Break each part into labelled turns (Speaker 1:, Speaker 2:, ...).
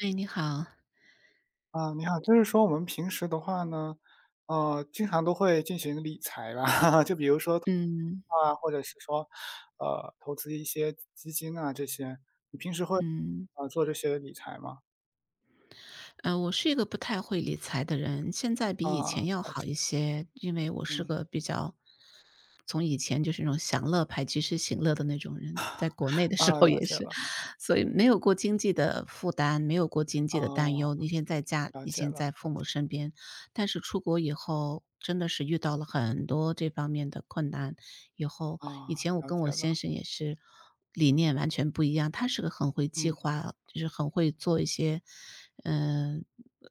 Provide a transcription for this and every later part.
Speaker 1: 哎，你好。
Speaker 2: 啊，你好，就是说我们平时的话呢，经常都会进行理财吧，就比如说
Speaker 1: 嗯
Speaker 2: 啊，或者是说，投资一些基金啊这些，你平时会
Speaker 1: 嗯，
Speaker 2: 做这些理财吗？
Speaker 1: 我是一个不太会理财的人，现在比
Speaker 2: 啊，
Speaker 1: 以前要
Speaker 2: 了
Speaker 1: 好
Speaker 2: 解，
Speaker 1: 一些，因为我是
Speaker 2: 嗯，
Speaker 1: 个比较从以前就是那种享乐派及时行乐的那种人，在国内的时
Speaker 2: 啊，
Speaker 1: 候
Speaker 2: 了
Speaker 1: 也
Speaker 2: 解
Speaker 1: 是，
Speaker 2: 了，
Speaker 1: 所以没有过经济的负担，没有过经济
Speaker 2: 啊，
Speaker 1: 的担忧，以前在家，
Speaker 2: 了
Speaker 1: 以
Speaker 2: 解
Speaker 1: 前
Speaker 2: 了，
Speaker 1: 在父
Speaker 2: 了
Speaker 1: 母
Speaker 2: 解，
Speaker 1: 身边，但是出国以后真的是遇到了很多这方面的困难。以后，
Speaker 2: 啊，
Speaker 1: 以前我
Speaker 2: 了
Speaker 1: 跟我
Speaker 2: 解了，
Speaker 1: 先生也是理念完全不一样，他是个很会计
Speaker 2: 嗯，
Speaker 1: 划，就是很会做一些，嗯，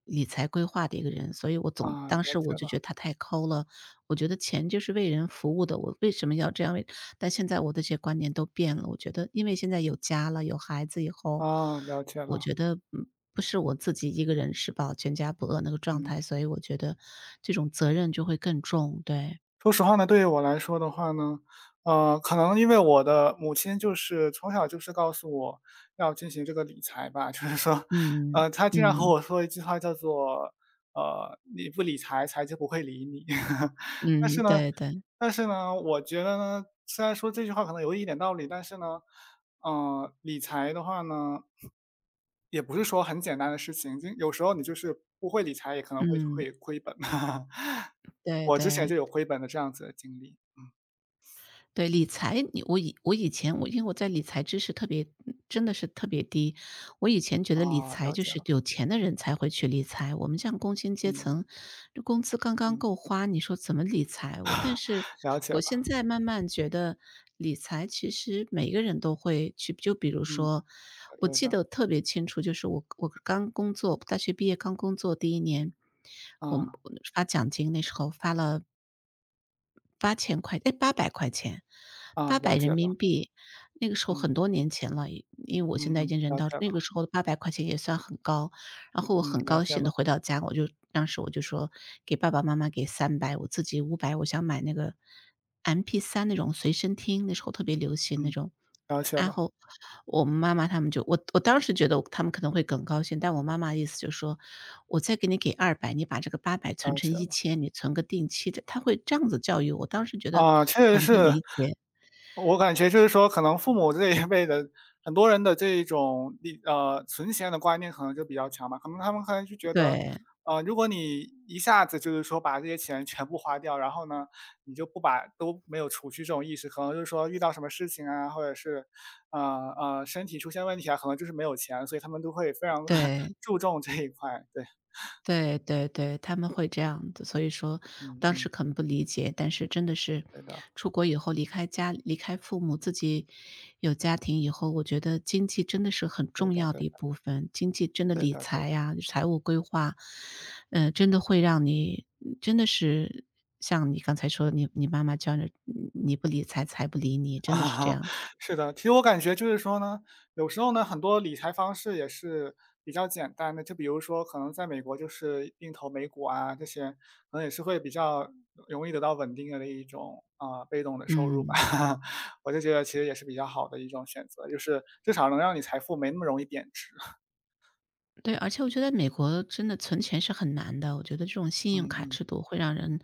Speaker 1: 理财规划的一个人，所以我总
Speaker 2: 啊，
Speaker 1: 当
Speaker 2: 了
Speaker 1: 时我
Speaker 2: 解
Speaker 1: 就觉得
Speaker 2: 了，
Speaker 1: 他太抠了，我觉得钱就是为人服务的，我为什么要这样为但现在我的这些观念都变了，我觉得因为现在有家了，有孩子以后，
Speaker 2: 啊，了解
Speaker 1: 我
Speaker 2: 了，
Speaker 1: 觉得，嗯，不是我自己一个人吃饱全家不饿那个状
Speaker 2: 嗯。
Speaker 1: 态，所以我觉得这种责任就会更重。对。
Speaker 2: 说实话呢，对于我来说的话呢，可能因为我的母亲就是从小就是告诉我要进行这个理财吧，就是说，
Speaker 1: 嗯。
Speaker 2: 她经常和
Speaker 1: 嗯。
Speaker 2: 我说一句话叫做，呃，你不理财，财就不会理你。但
Speaker 1: 嗯，
Speaker 2: 是呢，
Speaker 1: 对对。
Speaker 2: 但是呢,我觉得呢，虽然说这句话可能有一点道理，但是呢，理财的话呢，也不是说很简单的事情，就有时候你就是不会理财，也可能会
Speaker 1: 嗯，
Speaker 2: 会亏本。
Speaker 1: 对
Speaker 2: 我之前
Speaker 1: 对。
Speaker 2: 就有亏本的这样子的经历。
Speaker 1: 对，理财，你我以我以前我因为我在理财知识特别真的是特别低。我以前觉得理
Speaker 2: 啊，
Speaker 1: 财
Speaker 2: 了
Speaker 1: 就
Speaker 2: 解
Speaker 1: 是
Speaker 2: 了，
Speaker 1: 有钱的人才会去理财，我们像工薪阶
Speaker 2: 嗯
Speaker 1: 层，这工资刚刚
Speaker 2: 嗯，
Speaker 1: 够花，你说怎么理财？我但是
Speaker 2: 了解
Speaker 1: 我
Speaker 2: 了，
Speaker 1: 现在慢慢觉得理财其实每个人都会去，就比如
Speaker 2: 嗯，
Speaker 1: 说，我
Speaker 2: 对
Speaker 1: 记
Speaker 2: 的，
Speaker 1: 得特别清楚，就是我刚工作，大学毕业刚工作第一年，我们
Speaker 2: 啊
Speaker 1: 发奖金那时候发了8,000块，八百块钱，
Speaker 2: 啊，
Speaker 1: 八百
Speaker 2: 了
Speaker 1: 人
Speaker 2: 解
Speaker 1: 民
Speaker 2: 了，
Speaker 1: 币。那个时候很
Speaker 2: 嗯
Speaker 1: 多年前了，因为我
Speaker 2: 嗯
Speaker 1: 现在已
Speaker 2: 嗯，
Speaker 1: 经人
Speaker 2: 了
Speaker 1: 到
Speaker 2: 解
Speaker 1: 那个
Speaker 2: 了，
Speaker 1: 时候的八百块钱也算很高。然后我
Speaker 2: 嗯，
Speaker 1: 很
Speaker 2: 了
Speaker 1: 高
Speaker 2: 解
Speaker 1: 兴的
Speaker 2: 了，
Speaker 1: 回到家，我就说给爸爸妈妈给300，我自己500，我想买那个 MP3那种随身听，那时候特别流行那
Speaker 2: 嗯，
Speaker 1: 种。
Speaker 2: 了解
Speaker 1: 然
Speaker 2: 了，
Speaker 1: 后我妈妈他们就，我当时觉得他们可能会更高兴，但我妈妈意思就是说："我再给你给200，你把这个八百存
Speaker 2: 了
Speaker 1: 成
Speaker 2: 解
Speaker 1: 一
Speaker 2: 了。
Speaker 1: 千，你存个定期的。"她会这样子教育我，当时觉得
Speaker 2: 啊，确实
Speaker 1: 很不
Speaker 2: 是。
Speaker 1: 理解。
Speaker 2: 我感觉就是说，可能父母这一辈的很多人的这一种存钱的观念可能就比较强吧，可能他们可能就觉得，
Speaker 1: 对。
Speaker 2: 呃，如果你一下子就是说把这些钱全部花掉，然后呢，你就不把都没有储蓄这种意识，可能就是说遇到什么事情啊，或者是，身体出现问题啊，可能就是没有钱，所以他们都会非常
Speaker 1: 对。
Speaker 2: 注重这一块，对，
Speaker 1: 对对对，他们会这样子，所以说
Speaker 2: 嗯
Speaker 1: 当时
Speaker 2: 嗯，
Speaker 1: 可能不理解，但是真的是
Speaker 2: 对的，
Speaker 1: 出国以后离开家、离开父母，自己有家庭以后，我觉得经济真的是很
Speaker 2: 对
Speaker 1: 重
Speaker 2: 的
Speaker 1: 要
Speaker 2: 对
Speaker 1: 的一
Speaker 2: 的
Speaker 1: 部分，经济真的
Speaker 2: 对
Speaker 1: 理
Speaker 2: 的对
Speaker 1: 财
Speaker 2: 的。
Speaker 1: 呀、财务规划，真的会让你真的是像你刚才说，你妈妈教你，你不理财，财不理你，
Speaker 2: 啊，
Speaker 1: 真的是这 样。
Speaker 2: 是的，其实我感觉就是说呢，有时候呢，很多理财方式也是比较简单的，就比如说可能在美国就是定投美股啊，这些可能也是会比较容易得到稳定的一种，啊，被动的收入吧。
Speaker 1: 嗯。
Speaker 2: 我就觉得其实也是比较好的一种选择，就是至少能让你财富没那么容易贬值。
Speaker 1: 对，而且我觉得美国真的存钱是很难的，我觉得这种信
Speaker 2: 嗯
Speaker 1: 用卡
Speaker 2: 嗯，
Speaker 1: 制度会让人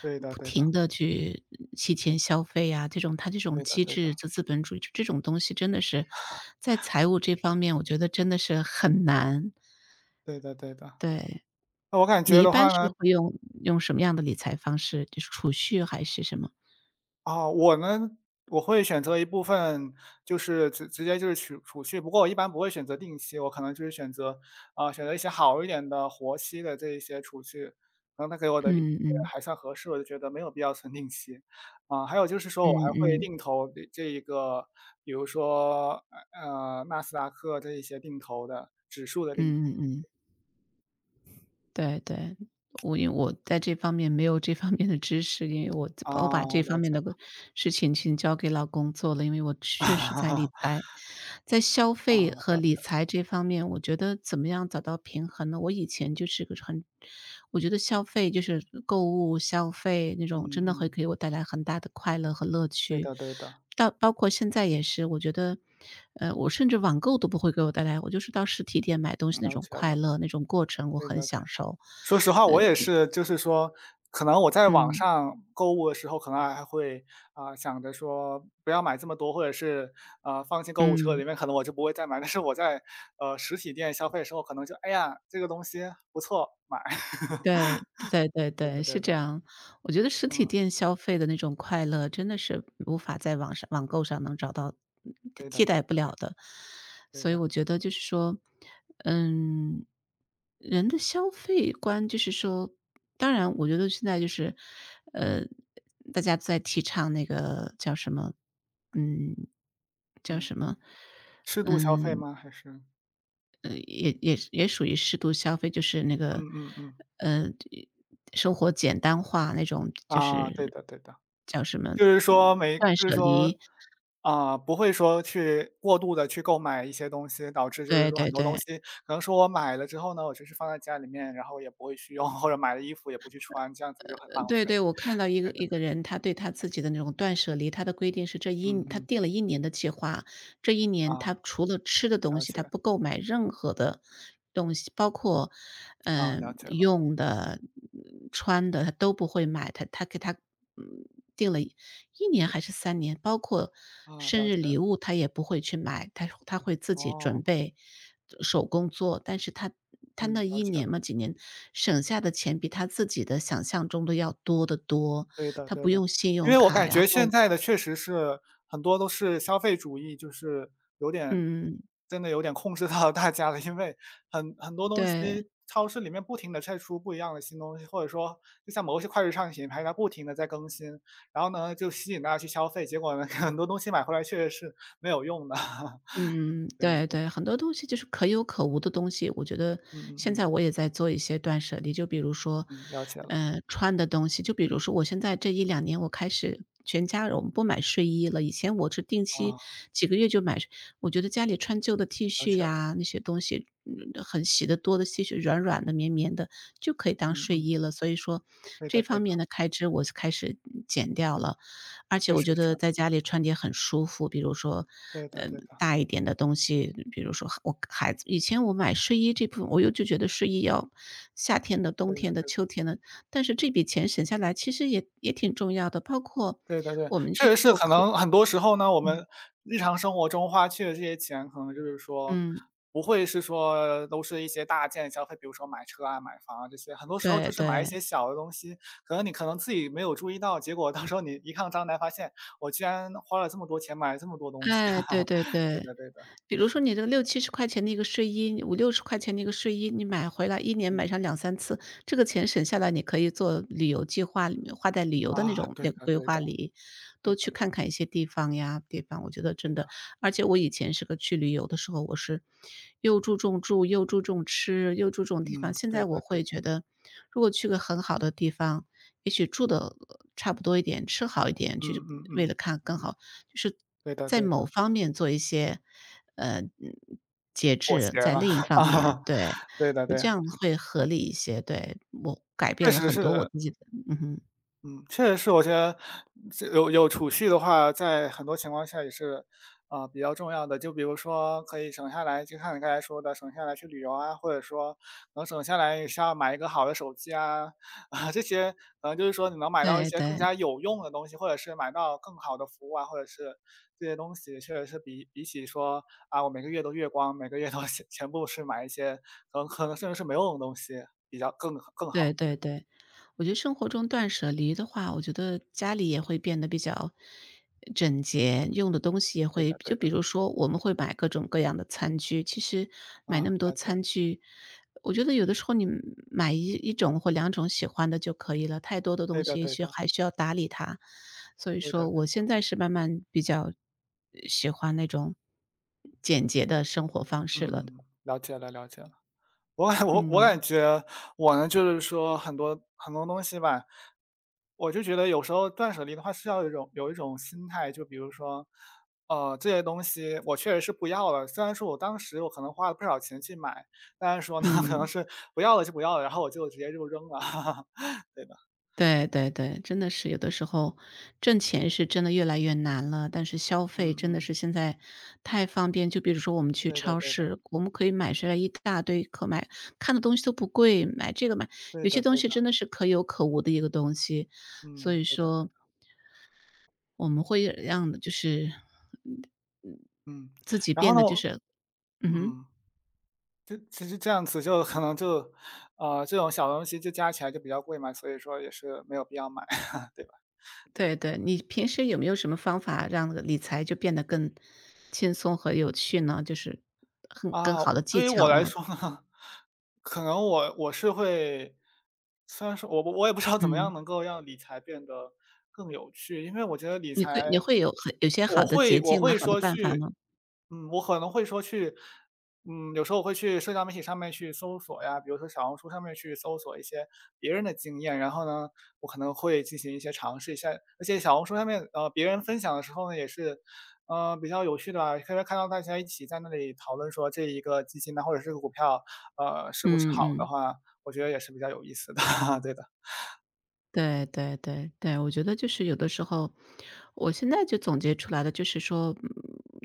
Speaker 2: 对的
Speaker 1: 不
Speaker 2: 对的，
Speaker 1: 停地去提前消费啊，这种它这种
Speaker 2: 对的
Speaker 1: 机
Speaker 2: 对
Speaker 1: 制，
Speaker 2: 的，
Speaker 1: 这资本主义，这种东西真的是在财务这方面，我觉得真的是很难。
Speaker 2: 对的对的。
Speaker 1: 对。
Speaker 2: 那我感
Speaker 1: 你
Speaker 2: 觉
Speaker 1: 一
Speaker 2: 的
Speaker 1: 般
Speaker 2: 话
Speaker 1: 是
Speaker 2: 呢
Speaker 1: 会用用什么样的理财方式？就是储蓄还是什么？
Speaker 2: 啊，我呢，我会选择一部分，就是直直接就是储储蓄，不过我一般不会选择定期，我可能就是选择，啊，选择一些好一点的活期的这一些储蓄，可能它给我的利率
Speaker 1: 嗯嗯
Speaker 2: 还算合适，我就觉得没有必要存定期。啊，还有就是说我
Speaker 1: 嗯
Speaker 2: 还会
Speaker 1: 嗯
Speaker 2: 定投这一个，比如说，纳斯达克这一些定投的，指数的定
Speaker 1: 嗯
Speaker 2: 投。
Speaker 1: 嗯嗯，对对。我因为我在这方面没有这方面的知识，因为我
Speaker 2: 啊，
Speaker 1: 我把这方
Speaker 2: 了
Speaker 1: 面
Speaker 2: 解
Speaker 1: 的
Speaker 2: 了
Speaker 1: 个事情请交给老公做了，因为我确实在理 财，在消
Speaker 2: 啊，
Speaker 1: 费和
Speaker 2: 了
Speaker 1: 理
Speaker 2: 解了
Speaker 1: 财这方面，我觉得怎么样找到平衡呢？我以前就是个很，我觉得消费就是购物消费那种，
Speaker 2: 嗯
Speaker 1: 真的会
Speaker 2: 嗯，
Speaker 1: 给我带来很大的快乐和乐
Speaker 2: 对
Speaker 1: 趣。
Speaker 2: 的对的，
Speaker 1: 到包括现在也是，我觉得，呃，我甚至网购都不会给我带来，我就是到实体店买东西那
Speaker 2: 了
Speaker 1: 种
Speaker 2: 解
Speaker 1: 快
Speaker 2: 了，
Speaker 1: 乐，那种过程我
Speaker 2: 对
Speaker 1: 很
Speaker 2: 的对。
Speaker 1: 享受。
Speaker 2: 说实话，
Speaker 1: 呃，
Speaker 2: 我也是，就是说，可能我在网
Speaker 1: 嗯，
Speaker 2: 上购物的时候，可能还会啊、想着说不要买这么多，或者是放进购物车里
Speaker 1: 嗯，
Speaker 2: 面，可能我就不会再买。但是我在实体店消费的时候，可能就哎呀这个东西不错，买。
Speaker 1: 对。对对
Speaker 2: 对
Speaker 1: 对，
Speaker 2: 的
Speaker 1: 是
Speaker 2: 对的，
Speaker 1: 这样。我觉得实体
Speaker 2: 嗯，
Speaker 1: 店消费的那种快乐，真的是无法在网上网购上能找到，嗯
Speaker 2: 对
Speaker 1: 替
Speaker 2: 的对
Speaker 1: 代不
Speaker 2: 的对
Speaker 1: 了
Speaker 2: 的
Speaker 1: 的。
Speaker 2: 对
Speaker 1: 所以
Speaker 2: 的，
Speaker 1: 我觉得就是说，嗯，人的消费观就是说当然我觉得现在就是，呃，大家在提倡那个叫什么，嗯，叫
Speaker 2: 嗯，
Speaker 1: 什么，
Speaker 2: 适度消费
Speaker 1: 嗯，
Speaker 2: 吗？还是
Speaker 1: 也也也属于适度消费，
Speaker 2: 嗯嗯嗯
Speaker 1: 呃，生活简单化那种，就
Speaker 2: 啊，对
Speaker 1: 是
Speaker 2: 的对的。
Speaker 1: 叫什么，
Speaker 2: 就是说没
Speaker 1: 断
Speaker 2: 就是
Speaker 1: 舍
Speaker 2: 说，
Speaker 1: 离。
Speaker 2: 啊，不会说去过度的去购买一些东西，导致就是
Speaker 1: 对
Speaker 2: 说
Speaker 1: 对
Speaker 2: 很多东
Speaker 1: 对。
Speaker 2: 西可能说我买了之后呢，我就是放在家里面，然后也不会去用，或者买了衣服也不去穿，这样子就很浪
Speaker 1: 对对，
Speaker 2: 费。
Speaker 1: 我看 到一个
Speaker 2: 对对
Speaker 1: 一个
Speaker 2: 对，
Speaker 1: 人，他对他自己的那种断舍离，他的规定是
Speaker 2: 嗯
Speaker 1: 他
Speaker 2: 嗯，
Speaker 1: 定了一年的计划，这一年他
Speaker 2: 啊，
Speaker 1: 除了吃的东
Speaker 2: 了
Speaker 1: 西，
Speaker 2: 解，
Speaker 1: 他不购买任何的东西，包括，
Speaker 2: 啊，了解了，
Speaker 1: 用的、穿的，他都不会买，他，嗯，定了一年还是三年，包括
Speaker 2: 啊，
Speaker 1: 生
Speaker 2: 了
Speaker 1: 日
Speaker 2: 解，
Speaker 1: 礼物他也不会去买，他会自己
Speaker 2: 哦，
Speaker 1: 准备，手工做。但是他
Speaker 2: 嗯，
Speaker 1: 那
Speaker 2: 了
Speaker 1: 一
Speaker 2: 解。
Speaker 1: 年嘛，
Speaker 2: 了。
Speaker 1: 几年省下的钱比他自己的想象中的要多得多，
Speaker 2: 对的
Speaker 1: 他不
Speaker 2: 对的，
Speaker 1: 用信
Speaker 2: 因
Speaker 1: 用
Speaker 2: 为我
Speaker 1: 卡，
Speaker 2: 感
Speaker 1: 然
Speaker 2: 觉
Speaker 1: 后。
Speaker 2: 现在的确实是很多都是消费主义，就是有点
Speaker 1: 嗯，
Speaker 2: 真的有点控制到大家了。因为很很多东
Speaker 1: 对。
Speaker 2: 西，超市里面不停的在出不一样的新东西，或者说就像某些快时尚品牌，它不停的在更新，然后呢，就吸引大家去消费，结果呢 很多东西买回来确实是没有用的。
Speaker 1: 嗯，
Speaker 2: 对的，
Speaker 1: 对对，很多东西就是可有可无的东西，我觉得
Speaker 2: 嗯嗯
Speaker 1: 现
Speaker 2: 嗯，
Speaker 1: 在我也在做一些断舍离。就比如说，
Speaker 2: 嗯，了解了，
Speaker 1: 穿的东西，就比如说我现在这一两年我开始全家人我们不买睡衣了，以前我是定期
Speaker 2: 啊，
Speaker 1: 几个月就买，我觉得家里穿旧的 T
Speaker 2: 了
Speaker 1: 恤
Speaker 2: 解了，
Speaker 1: 呀，那些东西，很洗得多的 T 恤，软软的、绵绵的，就可以当
Speaker 2: 嗯
Speaker 1: 睡
Speaker 2: 嗯，
Speaker 1: 衣了。所以说
Speaker 2: 对
Speaker 1: 这
Speaker 2: 的对
Speaker 1: 方
Speaker 2: 的，
Speaker 1: 面的开支我是开始减掉了。而且
Speaker 2: 确
Speaker 1: 我
Speaker 2: 实
Speaker 1: 觉
Speaker 2: 是，
Speaker 1: 得在家里穿的也很舒服，比如说，
Speaker 2: 对的
Speaker 1: 呃，
Speaker 2: 对的，
Speaker 1: 大一点的东西，比如说我孩子以前我买睡衣这部分，我又就觉得睡衣要夏天的、冬
Speaker 2: 对
Speaker 1: 天
Speaker 2: 的
Speaker 1: 的、
Speaker 2: 对的。
Speaker 1: 秋天的，但是这笔钱省下来其实也也挺重要的，包括
Speaker 2: 对对对，
Speaker 1: 我们
Speaker 2: 确
Speaker 1: 去
Speaker 2: 实是
Speaker 1: 做
Speaker 2: 可
Speaker 1: 客。
Speaker 2: 能很多时候呢，我
Speaker 1: 嗯，
Speaker 2: 们日常生活中花去的这些钱，可能就是说
Speaker 1: 嗯，
Speaker 2: 不会是说都是一些大件消费，比如说买车啊、买房啊这些，很多时候
Speaker 1: 对
Speaker 2: 就是买一
Speaker 1: 对。
Speaker 2: 些小的东西，可能你可能自己没有注意到，结果到时候你一看账单发现，我居然花了这么多钱买了这么多东西啊，
Speaker 1: 哎，对对
Speaker 2: 对
Speaker 1: 对。
Speaker 2: 的对的，
Speaker 1: 比如说你这个六七十块钱的一个睡衣，五六十块钱的一个睡衣，你买回来一年买
Speaker 2: 嗯，
Speaker 1: 上两三次，这个钱省下来，你可以做旅游计划里面，花在旅游的那
Speaker 2: 啊，
Speaker 1: 种
Speaker 2: 对
Speaker 1: 那个
Speaker 2: 的
Speaker 1: 规
Speaker 2: 对
Speaker 1: 划
Speaker 2: 的
Speaker 1: 里，
Speaker 2: 对
Speaker 1: 多去
Speaker 2: 的对的
Speaker 1: 看看一些地方呀地方，我觉得
Speaker 2: 对
Speaker 1: 真的。
Speaker 2: 的，
Speaker 1: 而且我以前是个去旅游的时候，我是又注重住，又注重吃，又注重地方，
Speaker 2: 嗯，
Speaker 1: 现在
Speaker 2: 对
Speaker 1: 我
Speaker 2: 的对
Speaker 1: 会
Speaker 2: 的，
Speaker 1: 觉得，如果去个很好的地方，也许住的差不多一点，吃好一点，
Speaker 2: 嗯
Speaker 1: 去
Speaker 2: 嗯
Speaker 1: 为
Speaker 2: 嗯，
Speaker 1: 了看更好，就是
Speaker 2: 对的
Speaker 1: 在
Speaker 2: 对的，
Speaker 1: 某方面做一些呃，嗯节
Speaker 2: 妥
Speaker 1: 制，
Speaker 2: 协
Speaker 1: 在
Speaker 2: 了
Speaker 1: 另一 方面。
Speaker 2: 啊，
Speaker 1: 对，
Speaker 2: 对的
Speaker 1: 我这
Speaker 2: 对，
Speaker 1: 样会合理一些。对，我改
Speaker 2: 确
Speaker 1: 变了
Speaker 2: 实
Speaker 1: 很多我
Speaker 2: 是。
Speaker 1: 自己的。嗯哼。
Speaker 2: 嗯，确实是，我觉得这有有储蓄的话，在很多情况下也是，啊、比较重要的。就比如说，可以省下来，就像你刚才说的，省下来去旅游啊，或者说能省下来是要买一个好的手机啊，啊、这些可能就是说你能买到一
Speaker 1: 对
Speaker 2: 些更
Speaker 1: 对。
Speaker 2: 加有用的东西，或者是买到更好的服务啊，或者是这些东西，确实是比比起说啊，我每个月都月光，每个月都 全全部是买一些可能甚至是没用的东西，比较更更好。
Speaker 1: 对对对。我觉得生活中断舍离的话，我觉得家里也会变得比较整
Speaker 2: 嗯，
Speaker 1: 洁，用的东西也
Speaker 2: 对
Speaker 1: 会
Speaker 2: 的，
Speaker 1: 就
Speaker 2: 对
Speaker 1: 比
Speaker 2: 的，
Speaker 1: 如说我们会买各种各样的餐具，其实买那
Speaker 2: 啊，
Speaker 1: 么多
Speaker 2: 了解。
Speaker 1: 餐具，我觉得有的时候你买一种或两种喜欢的就可以了，太多的
Speaker 2: 对
Speaker 1: 东
Speaker 2: 的
Speaker 1: 西也
Speaker 2: 对
Speaker 1: 许
Speaker 2: 的
Speaker 1: 还需要打理它。所以
Speaker 2: 对的
Speaker 1: 说
Speaker 2: 对
Speaker 1: 我现
Speaker 2: 的，
Speaker 1: 在是慢慢比较喜欢那种简洁的生活方式了。
Speaker 2: 嗯，了解了了解了。我感我我
Speaker 1: 嗯。
Speaker 2: 感觉我呢，就是说很多很多东西吧，我就觉得有时候断舍离的话是要有一种有一种心态，就比如说，呃，这些东西我确实是不要了，虽然说我当时我可能花了不少钱去买，但是说呢，可能
Speaker 1: 嗯。
Speaker 2: 是不要了就不要了，然后我就直接就扔了。对的，
Speaker 1: 对对对，真的是有的时候挣钱是真的越来越难了，但是消费
Speaker 2: 嗯
Speaker 1: 真的
Speaker 2: 嗯，
Speaker 1: 是现在太方便。就比如说我们去
Speaker 2: 对的
Speaker 1: 超
Speaker 2: 对的
Speaker 1: 市，我们可以买出来一大堆可买，看的东西都不贵，买这个买
Speaker 2: 对
Speaker 1: 有些
Speaker 2: 的
Speaker 1: 东
Speaker 2: 对
Speaker 1: 西
Speaker 2: 的，
Speaker 1: 真的是可有可无的一个东西，所
Speaker 2: 嗯，
Speaker 1: 以
Speaker 2: 对的对
Speaker 1: 说
Speaker 2: 的，
Speaker 1: 我们会让就是嗯
Speaker 2: 嗯。
Speaker 1: 自己
Speaker 2: 然
Speaker 1: 变
Speaker 2: 后呢，
Speaker 1: 得就
Speaker 2: 我
Speaker 1: 是。嗯哼。
Speaker 2: 嗯。就其实这样子就可能就这种小东西就加起来就比较贵嘛，所以说也是没有必要买，对吧？
Speaker 1: 对对，你平时有没有什么方法让理财就变得更轻松和有趣呢？就是很更
Speaker 2: 啊，
Speaker 1: 好的
Speaker 2: 我
Speaker 1: 技
Speaker 2: 对于
Speaker 1: 巧
Speaker 2: 我来
Speaker 1: 呢？
Speaker 2: 说呢，可能我我是会虽然说我不我也不知道怎么
Speaker 1: 嗯，
Speaker 2: 样能够让理财变得更有趣，因为我觉得理
Speaker 1: 你会你
Speaker 2: 财
Speaker 1: 会有很有些好
Speaker 2: 我
Speaker 1: 的捷
Speaker 2: 会我
Speaker 1: 径吗？
Speaker 2: 会
Speaker 1: 好的
Speaker 2: 说
Speaker 1: 办法
Speaker 2: 去
Speaker 1: 吗？
Speaker 2: 嗯，我可能会说去嗯，有时候我会去社交媒体上面去搜索呀，比如说小红书上面去搜索一些别人的经验，然后呢，我可能会进行一些尝试一下。而且小红书上面，别人分享的时候呢，也是，比较有趣的吧，可以看到大家一起在那里讨论说这一个基金呢，或者这个股票，是不是
Speaker 1: 嗯
Speaker 2: 好的
Speaker 1: 嗯。
Speaker 2: 话，我觉得也是比较有意思的，对的，
Speaker 1: 对对对对，我觉得就是有的时候，我现在就总结出来的就是说，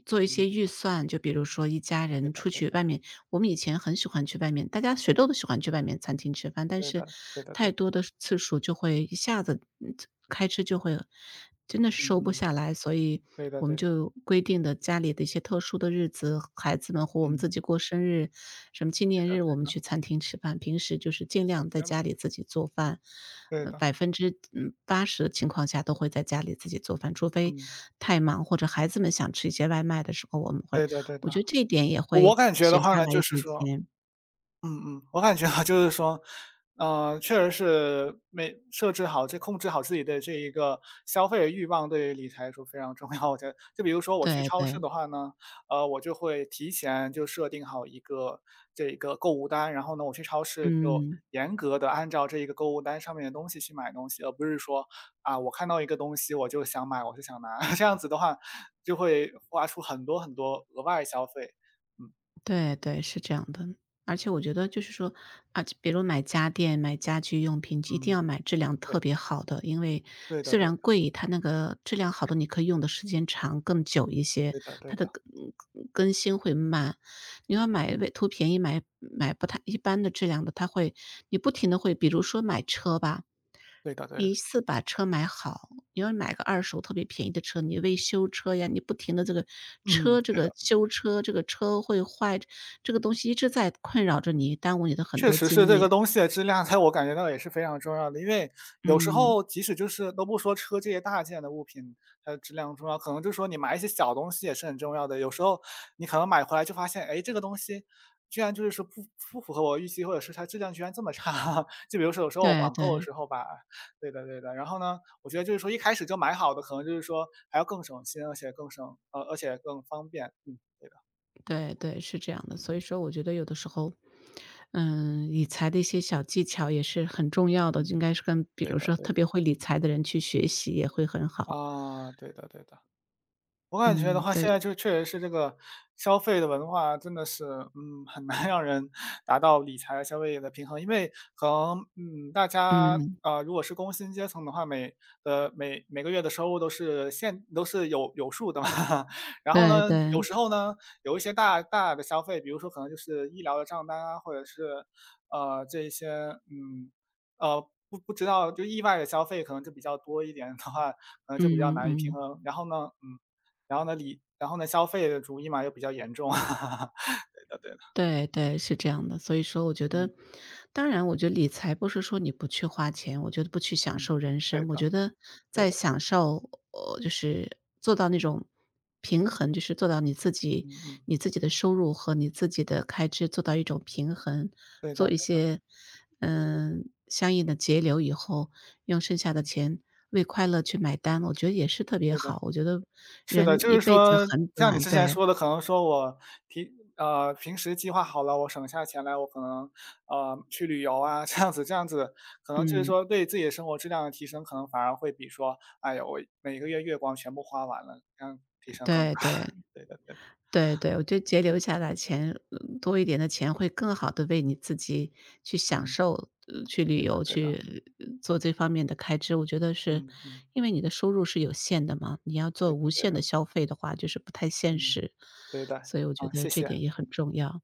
Speaker 1: 做一
Speaker 2: 嗯，
Speaker 1: 些预算，就比如说一家
Speaker 2: 对
Speaker 1: 人
Speaker 2: 的
Speaker 1: 出
Speaker 2: 对
Speaker 1: 去外
Speaker 2: 的
Speaker 1: 面，我们以前很喜欢去外面，大家谁都喜欢去外面餐厅吃饭，但
Speaker 2: 对
Speaker 1: 是
Speaker 2: 的对的对
Speaker 1: 太
Speaker 2: 的，
Speaker 1: 多的次数就会一下子，开支就会真的是
Speaker 2: 嗯
Speaker 1: 收不
Speaker 2: 嗯，
Speaker 1: 下来，所以
Speaker 2: 对的
Speaker 1: 我们
Speaker 2: 对的，
Speaker 1: 就规定的家里的一些特殊的日子，孩子们或我们
Speaker 2: 嗯，
Speaker 1: 自己过生日，什么纪
Speaker 2: 对
Speaker 1: 念
Speaker 2: 的
Speaker 1: 日，我
Speaker 2: 对
Speaker 1: 们
Speaker 2: 的。
Speaker 1: 去餐厅吃饭。平时就是尽
Speaker 2: 打
Speaker 1: 量在
Speaker 2: 结了，
Speaker 1: 家里自己做饭，
Speaker 2: 对的，
Speaker 1: 百分之八十的情况下都会在家里自己做饭，除非
Speaker 2: 嗯，
Speaker 1: 太忙或者孩子们想吃一些外卖的时候，我们会
Speaker 2: 对的对
Speaker 1: 我
Speaker 2: 的。
Speaker 1: 觉得这一点也
Speaker 2: 我我
Speaker 1: 会
Speaker 2: 感觉的
Speaker 1: 省
Speaker 2: 话
Speaker 1: 下
Speaker 2: 呢，
Speaker 1: 来一
Speaker 2: 就是
Speaker 1: 笔
Speaker 2: 说
Speaker 1: 钱。
Speaker 2: 嗯嗯，我感觉啊，就是说，确实是没设置好这控制好自己的这一个消费欲望，对于理财来说非常重要。我觉得，就比如说我去
Speaker 1: 对
Speaker 2: 超市
Speaker 1: 对。
Speaker 2: 的话呢，我就会提前就设定好一个这个购物单，然后呢，我去超市就
Speaker 1: 嗯。
Speaker 2: 严格的按照这一个购物单上面的东西去买东西，而不是说啊，我看到一个东西我就想买，我就想拿，这样子的话就会花出很多很多额外消费。嗯
Speaker 1: 对对，是这样的。而且我觉得就是说，啊，比如买家电、买家居用品，一定
Speaker 2: 嗯，
Speaker 1: 要买质量
Speaker 2: 对
Speaker 1: 特
Speaker 2: 的，
Speaker 1: 别好的，因为
Speaker 2: 对的，
Speaker 1: 虽
Speaker 2: 对的，
Speaker 1: 然贵，它那个质量好的你可以用的时间长、更久一些，
Speaker 2: 对的，
Speaker 1: 它
Speaker 2: 对
Speaker 1: 的
Speaker 2: 的。
Speaker 1: 更更新会慢。你要买
Speaker 2: 嗯，
Speaker 1: 为图便宜买买不太一般的质量的，它会你不停的会，比如说买车吧。
Speaker 2: 对的对的，
Speaker 1: 你一次把车买好，你要买个二手特别便宜的车，你为修车呀，你不停的这个
Speaker 2: 嗯，
Speaker 1: 车这
Speaker 2: 对的，
Speaker 1: 个修车，这个车会坏，这个东西一直在困扰着你，耽误你的很
Speaker 2: 确
Speaker 1: 多
Speaker 2: 实是
Speaker 1: 精
Speaker 2: 这
Speaker 1: 力。
Speaker 2: 个东西的质量在我感觉到也是非常重要的。因为有时
Speaker 1: 嗯。
Speaker 2: 候即使就是都不说车这些大件的物品，它的质量重要，可能就是说你买一些小东西也是很重要的。有时候你可能买回来就发现，哎，这个东西居然就是说不不符合我预期，或者是它质量居然这么差。就比如说有时候我
Speaker 1: 对
Speaker 2: 网购的
Speaker 1: 对
Speaker 2: 时候吧，对的对的，然后呢，我觉得就是说一开始就买好的，可能就是说还要更省心，而且更省而且更方便。嗯，对的，
Speaker 1: 对对，是这样的。所以说我觉得有的时候，理财的一些小技巧也是很重要的，应
Speaker 2: 嗯，
Speaker 1: 该是跟比
Speaker 2: 对
Speaker 1: 如
Speaker 2: 的
Speaker 1: 说
Speaker 2: 对
Speaker 1: 特
Speaker 2: 的。
Speaker 1: 别会理财的人去学习也会很好。
Speaker 2: 啊，对的对的。我感觉的
Speaker 1: 嗯。
Speaker 2: 话，现
Speaker 1: 对。
Speaker 2: 在就确实是这个消费的文化真的是，嗯，很难让人 达到理财消费的平衡。因为可能，嗯，大家，
Speaker 1: 嗯。
Speaker 2: 如果是工薪阶层的话，每每每个月的收入都是现都是有有数的嘛。然后
Speaker 1: 对
Speaker 2: 呢，有
Speaker 1: 对。
Speaker 2: 时候呢，有一些大大的消费，比如说可能就是医疗的账单啊，或者是，这一些，嗯，呃，不不知道就意外的消费可能就比较多一点的话，可能就比较
Speaker 1: 嗯
Speaker 2: 难以平
Speaker 1: 嗯。
Speaker 2: 衡。然后呢，嗯。然后呢，理然后呢，消费的主义嘛又比较严重。对的对的，
Speaker 1: 对对，是这样的。所以说我觉
Speaker 2: 嗯
Speaker 1: 得当然我觉得理财不是说你不去花钱，我觉得不去享
Speaker 2: 嗯，
Speaker 1: 受人
Speaker 2: 对
Speaker 1: 生，我
Speaker 2: 的
Speaker 1: 觉得
Speaker 2: 对
Speaker 1: 在
Speaker 2: 的，
Speaker 1: 享受，就是做到那种平衡，就是做到你自己
Speaker 2: 嗯嗯，
Speaker 1: 你自己的收入和你自己的开支做到一种平衡，
Speaker 2: 对
Speaker 1: 做
Speaker 2: 的
Speaker 1: 一
Speaker 2: 对的，
Speaker 1: 些，相应的节流以后，用剩下的
Speaker 2: 嗯，
Speaker 1: 钱为快乐去买单，我觉得也是特别
Speaker 2: 对的，
Speaker 1: 好。我觉得
Speaker 2: 是
Speaker 1: 人
Speaker 2: 的，就
Speaker 1: 一
Speaker 2: 是
Speaker 1: 辈子
Speaker 2: 说
Speaker 1: 很
Speaker 2: 像你
Speaker 1: 短。
Speaker 2: 之前
Speaker 1: 对。
Speaker 2: 说的，可能说我平平时计划好了，我省下钱来，我可能，去旅游啊，这样子这样子，可能就是
Speaker 1: 嗯。
Speaker 2: 说对自己的生活质量的提升，可能反而会比说，哎呀，我每个月月光全部花完了，这样提升更大。
Speaker 1: 对对。
Speaker 2: 对的对的，
Speaker 1: 对对，我觉得节留下来钱，多一点的钱会更好的为你自己去享
Speaker 2: 嗯，
Speaker 1: 受，去旅
Speaker 2: 对的
Speaker 1: 游，
Speaker 2: 对的，
Speaker 1: 去，做这方面的开支。我觉得是
Speaker 2: 嗯嗯，
Speaker 1: 因为你的收入是有限的嘛，你要做
Speaker 2: 对
Speaker 1: 无
Speaker 2: 的对
Speaker 1: 限的
Speaker 2: 的。
Speaker 1: 消费的话，就是不太现
Speaker 2: 嗯，
Speaker 1: 实，
Speaker 2: 对的，
Speaker 1: 所以我觉
Speaker 2: 啊，
Speaker 1: 得
Speaker 2: 谢
Speaker 1: 这
Speaker 2: 谢。
Speaker 1: 点也很重要。